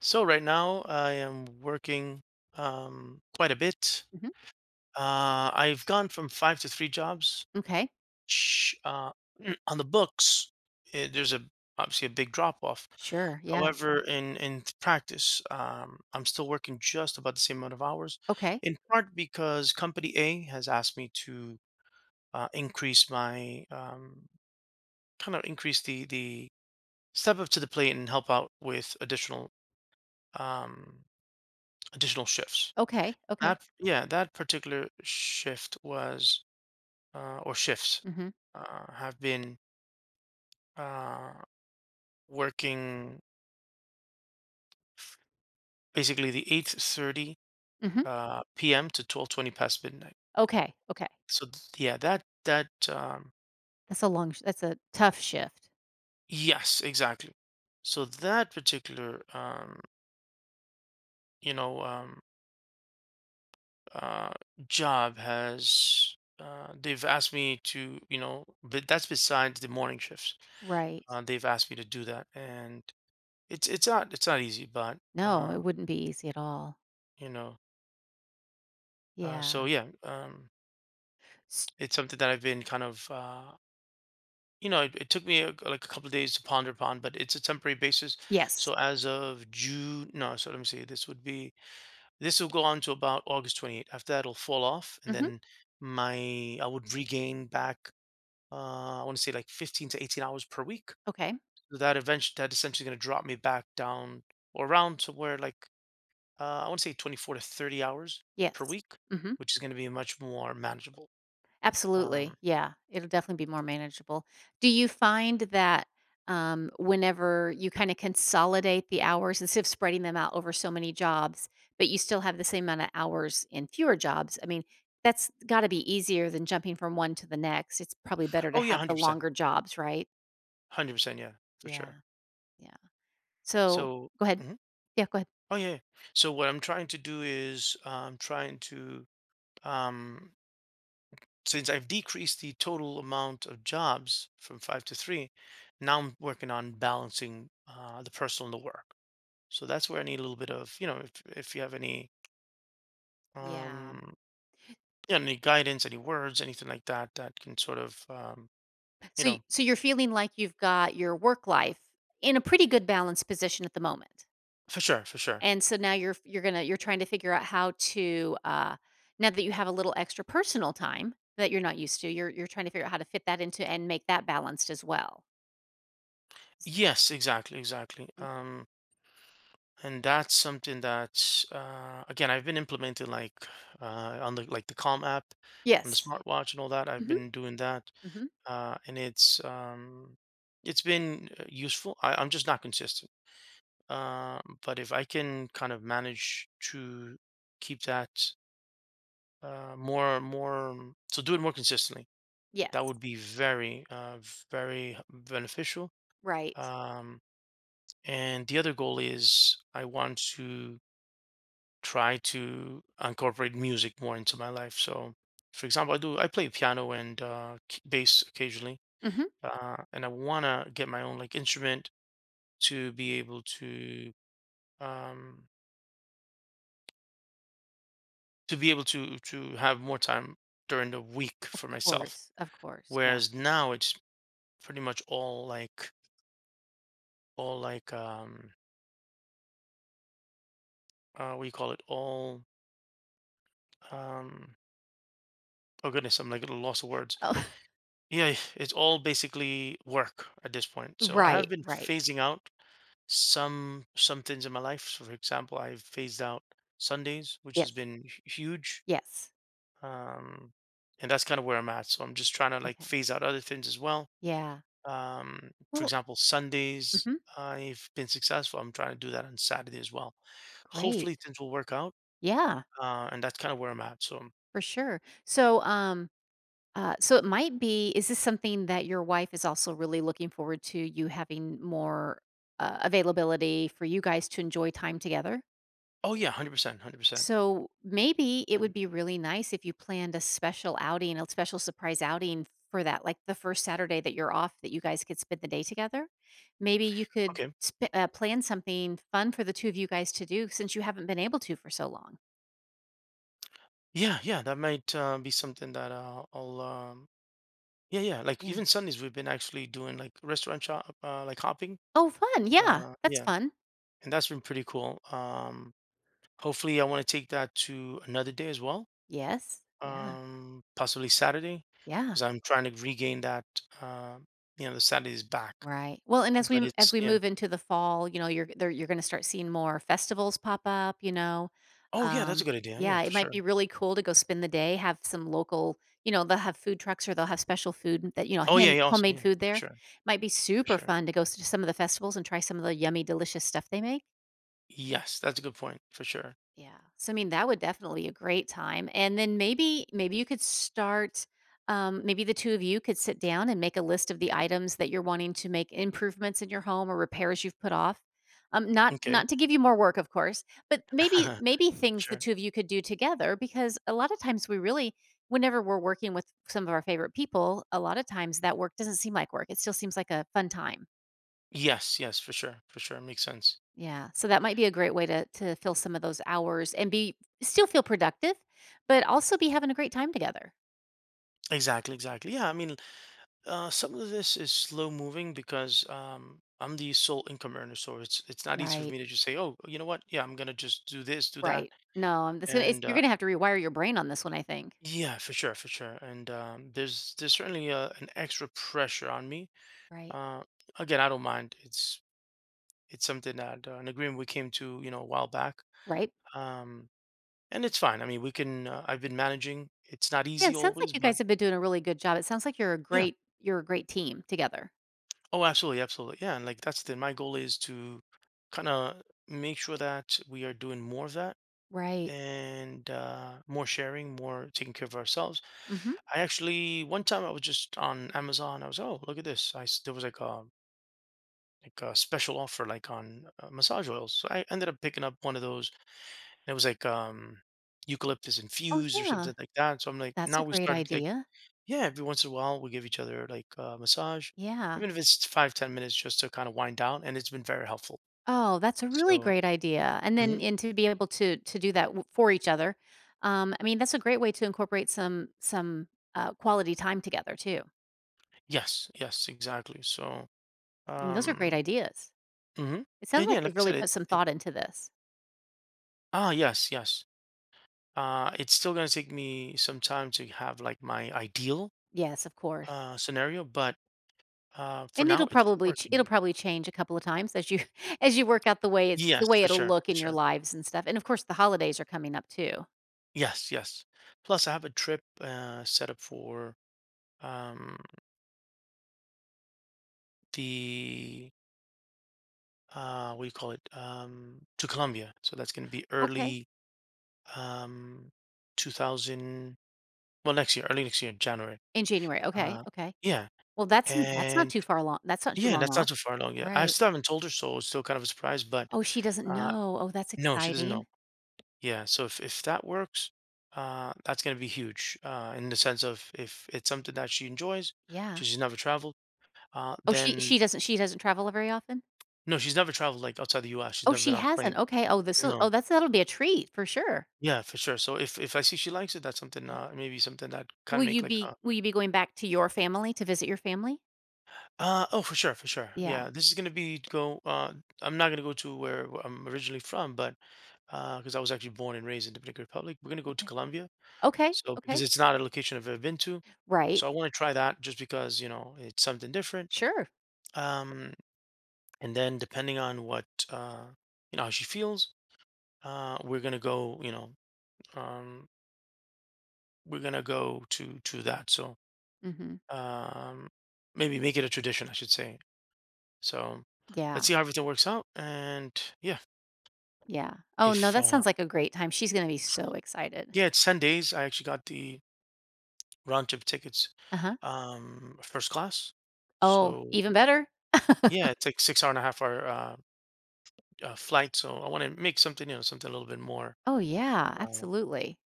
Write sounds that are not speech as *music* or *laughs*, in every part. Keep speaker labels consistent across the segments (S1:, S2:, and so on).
S1: So right now I am working quite a bit.
S2: Mhm.
S1: I've gone from five to three jobs.
S2: Okay.
S1: Sh- Uh, *clears throat* on the books, there's a obviously a big drop off.
S2: Sure. Yeah.
S1: However, in practice, I'm still working just about the same amount of hours,
S2: Okay.
S1: in part because company A has asked me to increase my kind of increase the step up to the plate and help out with additional um, additional shifts.
S2: Okay. Okay.
S1: That Yeah, that particular shift was, or shifts,
S2: Mhm.
S1: have been, uh, working basically the 8:30
S2: Mhm.
S1: p.m. to 12:20 past midnight.
S2: Okay. Okay.
S1: Yeah. that that
S2: That's a tough shift.
S1: Yes, exactly. So that particular you know um, uh, job has, they've asked me to but that's besides the morning shifts.
S2: Right.
S1: They've asked me to do that, and it's not, it's not easy, but
S2: No, it
S1: um,
S2: wouldn't be easy at all.
S1: you know,
S2: Yeah.
S1: yeah,
S2: S
S1: it's something that I've been kind of, it took me like, a couple of days to ponder upon, but it's a temporary basis.
S2: yes.
S1: So as of June, no, so let me see, this would be this will go on to about August 28th. After that, it'll fall off, and
S2: Mhm.
S1: then my I would regain back. I want to say like 15 to 18 hours per week.
S2: Okay.
S1: So that eventually, that essentially going to drop me back down or around to where, like, I want to say 24 to 30 hours per
S2: Yes.
S1: week,
S2: Mhm.
S1: which is going to be much more manageable. Um,
S2: Absolutely, yeah, it'll definitely be more manageable. Do you find that, whenever you kinda consolidate the hours instead of spreading them out over so many jobs, but you still have the same amount of hours in fewer jobs, I mean, that's gotta be easier than jumping from one to the next, it's probably better to
S1: oh yeah,
S2: have the
S1: 100%.
S2: longer jobs, right?
S1: 100%, yeah, for
S2: Yeah,
S1: sure.
S2: yeah. So
S1: So,
S2: go ahead.
S1: mhm.
S2: Yeah, go ahead.
S1: Oh yeah. Yeah. So what I'm trying to do is I'm trying to, um, since I've decreased the total amount of jobs from five to three, now I'm working on balancing, the personal and the work. So that's where I need a little bit of, you know, if you have any,
S2: Yeah.
S1: um, any guidance, any words, anything like that that can sort of, you know,
S2: So you're feeling like you've got your work life in a pretty good balanced position at the moment?
S1: for sure, for sure.
S2: And so now you're gonna you're trying to figure out how to, uh, now that you have a little extra personal time that you're not used to, you're trying to figure out how to fit that into and make that balanced as well. S.
S1: Yes, exactly, exactly.
S2: Mm.
S1: And that's something that's, again, I've been implementing, like, on the, like, the Calm app on the
S2: Yes.
S1: smartwatch and all that. I've
S2: Mhm,
S1: been doing that,
S2: mhm.
S1: and it's been, useful. I'm just not consistent. But if I can kind of manage to keep that, more more so do it more consistently, that
S2: Yes,
S1: would be very, very beneficial.
S2: right.
S1: Um, And the other goal is I want to try to incorporate music more into my life. So, for example, I play piano and, bass occasionally,
S2: Mhm.
S1: and I wanna get my own, like, instrument to be able to, um, to have more time during the week for myself.
S2: Of course, yeah.
S1: Whereas now it's pretty much all, like, all like um, what do you call it? All um, oh goodness, I'm like at a loss of words.
S2: Oh.
S1: Yeah, it's all basically work at this
S2: *laughs*
S1: point. So I have
S2: Right,
S1: been
S2: right.
S1: phasing out some things in my life. So, for example, I've phased out Sundays, which has
S2: Yes,
S1: been huge.
S2: yes.
S1: Um, and that's kind of where I'm at. So I'm just trying to, like,
S2: Okay.
S1: phase out other things as well.
S2: Yeah.
S1: For
S2: Well,
S1: example, Sundays,
S2: mhm.
S1: I've been successful. I'm trying to do that on Saturday as well.
S2: Great.
S1: Hopefully things will work out.
S2: Yeah,
S1: And that's kind of where I'm at. So,
S2: for sure. So, so it might be, is this something that your wife is also really looking forward to you having more availability for you guys to enjoy time together?
S1: oh yeah, 100%, 100%.
S2: So maybe it would
S1: Um,
S2: be really nice if you planned a special outing, a special surprise outing for that, like the first Saturday that you're off that you guys could spend the day together. Maybe you could
S1: Okay.
S2: plan something fun for the two of you guys to do since you haven't been able to for so long.
S1: Yeah, yeah, that might, be something that, I'll. Yeah, yeah. Like,
S2: Yeah.
S1: even Sundays, we've been actually doing, like, restaurant shop, like, hopping.
S2: Oh, fun. Yeah, that's
S1: Yeah,
S2: fun.
S1: and that's been pretty cool. Hopefully, I want to take that to another day as well.
S2: Yes. Yeah.
S1: Possibly Saturday,
S2: Yeah.
S1: because I'm trying to regain that. Uh, you know, the Saturdays back,
S2: Right. Well, and
S1: but it's,
S2: as we
S1: yeah.
S2: move into the fall, you know, you're gonna start seeing more festivals pop up, you know?
S1: Oh yeah, that's a
S2: Um,
S1: good idea. Yeah,
S2: yeah, it
S1: for
S2: might
S1: sure.
S2: be really cool to go spend the day, have some local, you know, they'll have food trucks or they'll have special food that, you know,
S1: Oh yeah,
S2: hand
S1: yeah, awesome.
S2: homemade
S1: Yeah,
S2: food
S1: for
S2: there.
S1: sure,
S2: Might be
S1: for
S2: super
S1: sure.
S2: fun to go s to some of the festivals and try some of the yummy, delicious stuff they make.
S1: Yes, that's a good point, for sure.
S2: Yeah. So I mean, that would definitely be a great time. And then maybe you could start, maybe the two of you could sit down and make a list of the items that you're wanting to make improvements in your home or repairs you've put off. Not
S1: Okay,
S2: not to give you more work, of course, but maybe
S1: *laughs*
S2: maybe
S1: for
S2: things the
S1: sure.
S2: two of you could do together because a lot of times we really whenever we're working with some of our favorite people, a lot of times that work doesn't seem like work. It still seems like a fun time.
S1: Yes, yes, for sure, for sure. Makes sense.
S2: Yeah, so that might be a great way to fill some of those hours and be still feel productive, but also be having a great time together.
S1: Exactly, exactly. Yeah, I mean, some of this is slow moving because, I'm the sole income earner, so it's not easy for
S2: Right,
S1: me to just say, oh, you know what? Yeah, I'm gonna just do this, do that,
S2: right. No, this gonna it's
S1: and,
S2: you're gonna have to rewire your brain on this one, I think.
S1: yeah, for sure, for sure. And, there's certainly, an extra pressure on me.
S2: Right,
S1: Uh, again, I don't mind. It's something that, an agreement we came to, you know, a while back.
S2: right.
S1: Um, and it's fine. I mean, we can. I've been managing. It's not
S2: Yeah,
S1: easy
S2: it sounds like
S1: always,
S2: you
S1: but.
S2: guys have been doing a really good job. It sounds like
S1: Yeah,
S2: you're a great team together.
S1: oh, absolutely, absolutely. Yeah, and, like, that's the my goal is to kind of make sure that we are doing more of that,
S2: Right.
S1: and, more sharing, more taking care of ourselves.
S2: Mhm.
S1: I actually one time I was just on Amazon. I was, oh, look at this. There was like a special offer like on, massage oils. So I ended up picking up one of those. And it was like, eucalyptus
S2: Oh,
S1: infused or
S2: yeah.
S1: something like that. So I'm like,
S2: That's a
S1: now we
S2: great
S1: started, like,
S2: idea.
S1: yeah, every once in a while we give each other like a massage,
S2: Yeah.
S1: even if it's 5, 10 minutes just to kind of wind down, and it's been very helpful.
S2: Oh, that's a really
S1: So,
S2: great idea. And then
S1: mhm.
S2: and to be able to do that w- for each other. I mean, that's a great way to incorporate some quality time together too.
S1: Yes, yes, exactly. So,
S2: And those are great
S1: um,
S2: ideas.
S1: mhm.
S2: It sounds
S1: And
S2: like
S1: yeah, like
S2: you've
S1: I
S2: really
S1: said,
S2: put some thought into this.
S1: yes, yes. It's still gonna take me some time to have like my ideal,
S2: Yes, of course.
S1: scenario, but, for
S2: And
S1: now it's
S2: it'll
S1: working.
S2: probably change a couple of times as you *laughs* as you work out the
S1: Yes,
S2: way
S1: for
S2: it'll
S1: sure,
S2: look
S1: for
S2: in your
S1: sure.
S2: lives and stuff. And of course, the holidays are coming up too.
S1: Yes, yes. Plus, I have a trip, set up for, um the what do you call it, to Colombia. So that's going to be
S2: Okay,
S1: early, um 2000, well, next year, early next year, January.
S2: in January. Okay,
S1: Uh
S2: okay.
S1: yeah.
S2: Well, that's not
S1: And
S2: too far along. That's not too
S1: yeah,
S2: long
S1: that's not
S2: off,
S1: too far along. Yeah. I
S2: right?
S1: still haven't told her, so it's still kind of a surprise, but,
S2: Oh, she doesn't
S1: uh
S2: know. Oh, that's
S1: no, she doesn't
S2: exciting.
S1: know. Yeah. So if that works, that's going to be huge, in the sense of if it's something that she enjoys,
S2: Yeah.
S1: she's never traveled,
S2: Oh,
S1: then
S2: she doesn't travel very often?
S1: no, she's never traveled like outside the US. She's
S2: Oh,
S1: never been
S2: she
S1: on a
S2: hasn't.
S1: plane.
S2: Okay. Oh, this will oh,
S1: No.
S2: that's that'll be a treat for sure.
S1: Yeah, for sure. So if I see she likes it, that's something,
S2: Yeah.
S1: maybe something that kind of make like,
S2: Will you be going back to your family to visit your family?
S1: oh, for sure, for sure.
S2: Yeah.
S1: Yeah, this is gonna be go I'm not gonna go to where I'm originally from, but, because I was actually born and raised in Dominican Republic. We're gonna go to
S2: Okay.
S1: Colombia.
S2: Okay.
S1: So
S2: Okay.
S1: because it's not a location I've ever been to.
S2: Right.
S1: So I want to try that just because, you know, it's something different.
S2: Sure.
S1: Um and then depending on what, you know, how she feels, we're gonna go, you know, um we're gonna go to that. So,
S2: Mhm.
S1: um, maybe make it a tradition, I should say. So
S2: Yeah.
S1: let's see how everything works out. And yeah,
S2: Yeah. Oh, no,
S1: if
S2: that sounds like a great time. She's gonna be so excited.
S1: yeah, it's 10 days. I actually got the round trip tickets,
S2: Uh-huh.
S1: first class.
S2: Oh,
S1: So
S2: even better.
S1: yeah, it's like 6 hour and a half hour, flight. So I want to make something, you know, something a little bit more.
S2: Oh, yeah,
S1: Uh,
S2: absolutely.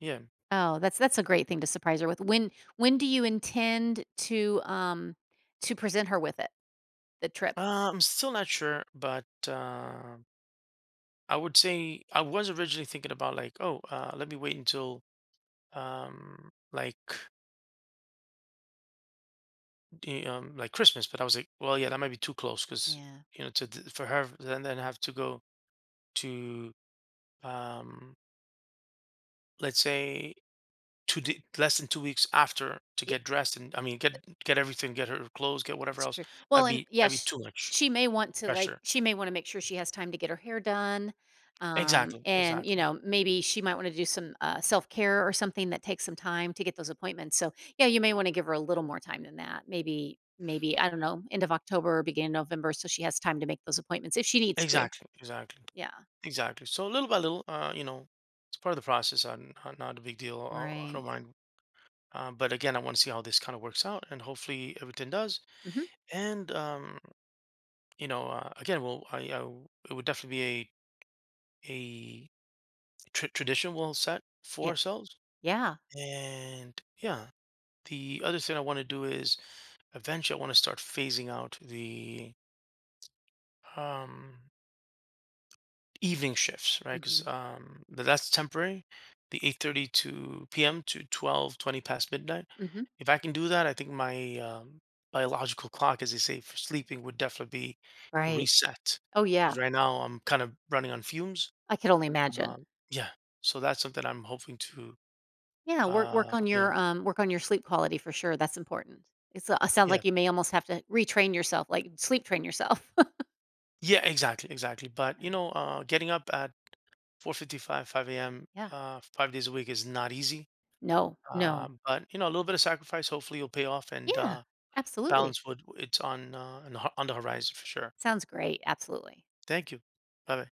S1: yeah,
S2: Oh, that's a great thing to surprise her with. When do you intend to, um, to present her with it, the trip?
S1: I'm still not sure, but, I would say I was originally thinking about, like, oh, let me wait until, like, like, Christmas, but I was like, well, yeah, that might be too close because,
S2: Yeah.
S1: you know, for her, then have to go to, um, let's say, less than 2 weeks after to
S2: Yeah,
S1: get dressed, and I mean, get everything, get her clothes, get whatever
S2: it's
S1: else.
S2: true. Well, and
S1: I'd be
S2: yes,
S1: too much
S2: she may want to, like
S1: pressure.
S2: she may wanna make sure she has time to get her hair done,
S1: Exactly,
S2: and, you
S1: exactly,
S2: know, maybe she might wanna do some, self-care or something that takes some time to get those appointments, so, yeah, you may wanna give her a little more time than that. Maybe, I don't know, end of October or beginning of November so she has time to make those appointments if she needs to.
S1: exactly, exactly,
S2: Yeah.
S1: exactly. So little by little, you know, it's part of the process. I'm not, not a big deal. I
S2: Right.
S1: don't mind. But again, I want to see how this kind of works out, and hopefully everything does.
S2: Mhm.
S1: And, you know, again, well, it would definitely be a tradition we'll set for
S2: Yes.
S1: ourselves.
S2: Yeah.
S1: And yeah, the other thing I want to do is eventually I want to start phasing out the, um, evening shifts, right? Because,
S2: Mhm,
S1: that's temporary. The 8:30 to p.m. to 12:20 past midnight.
S2: mhm,
S1: If I can do that, I think my, biological clock, as they say, for sleeping would definitely be
S2: right.
S1: reset.
S2: Oh, yeah,
S1: Because right now I'm kind of running on fumes.
S2: I could only imagine.
S1: Yeah, so that's something I'm hoping to,
S2: Yeah,
S1: you know,
S2: work on your sleep quality for sure, that's important. It's, uh, sounds
S1: yeah,
S2: like you may almost have to retrain yourself, like, sleep train yourself. *laughs*
S1: yeah, exactly, exactly. But,
S2: Yeah,
S1: you know, getting up at 4:55, 5 a.m.,
S2: yeah.
S1: 5 days a week is not easy.
S2: No, no.
S1: But you know, a little bit of sacrifice, hopefully, will pay off, and,
S2: Yeah, absolutely.
S1: balance would, it's on, on the horizon for sure.
S2: Sounds great, absolutely.
S1: Thank you. Bye bye.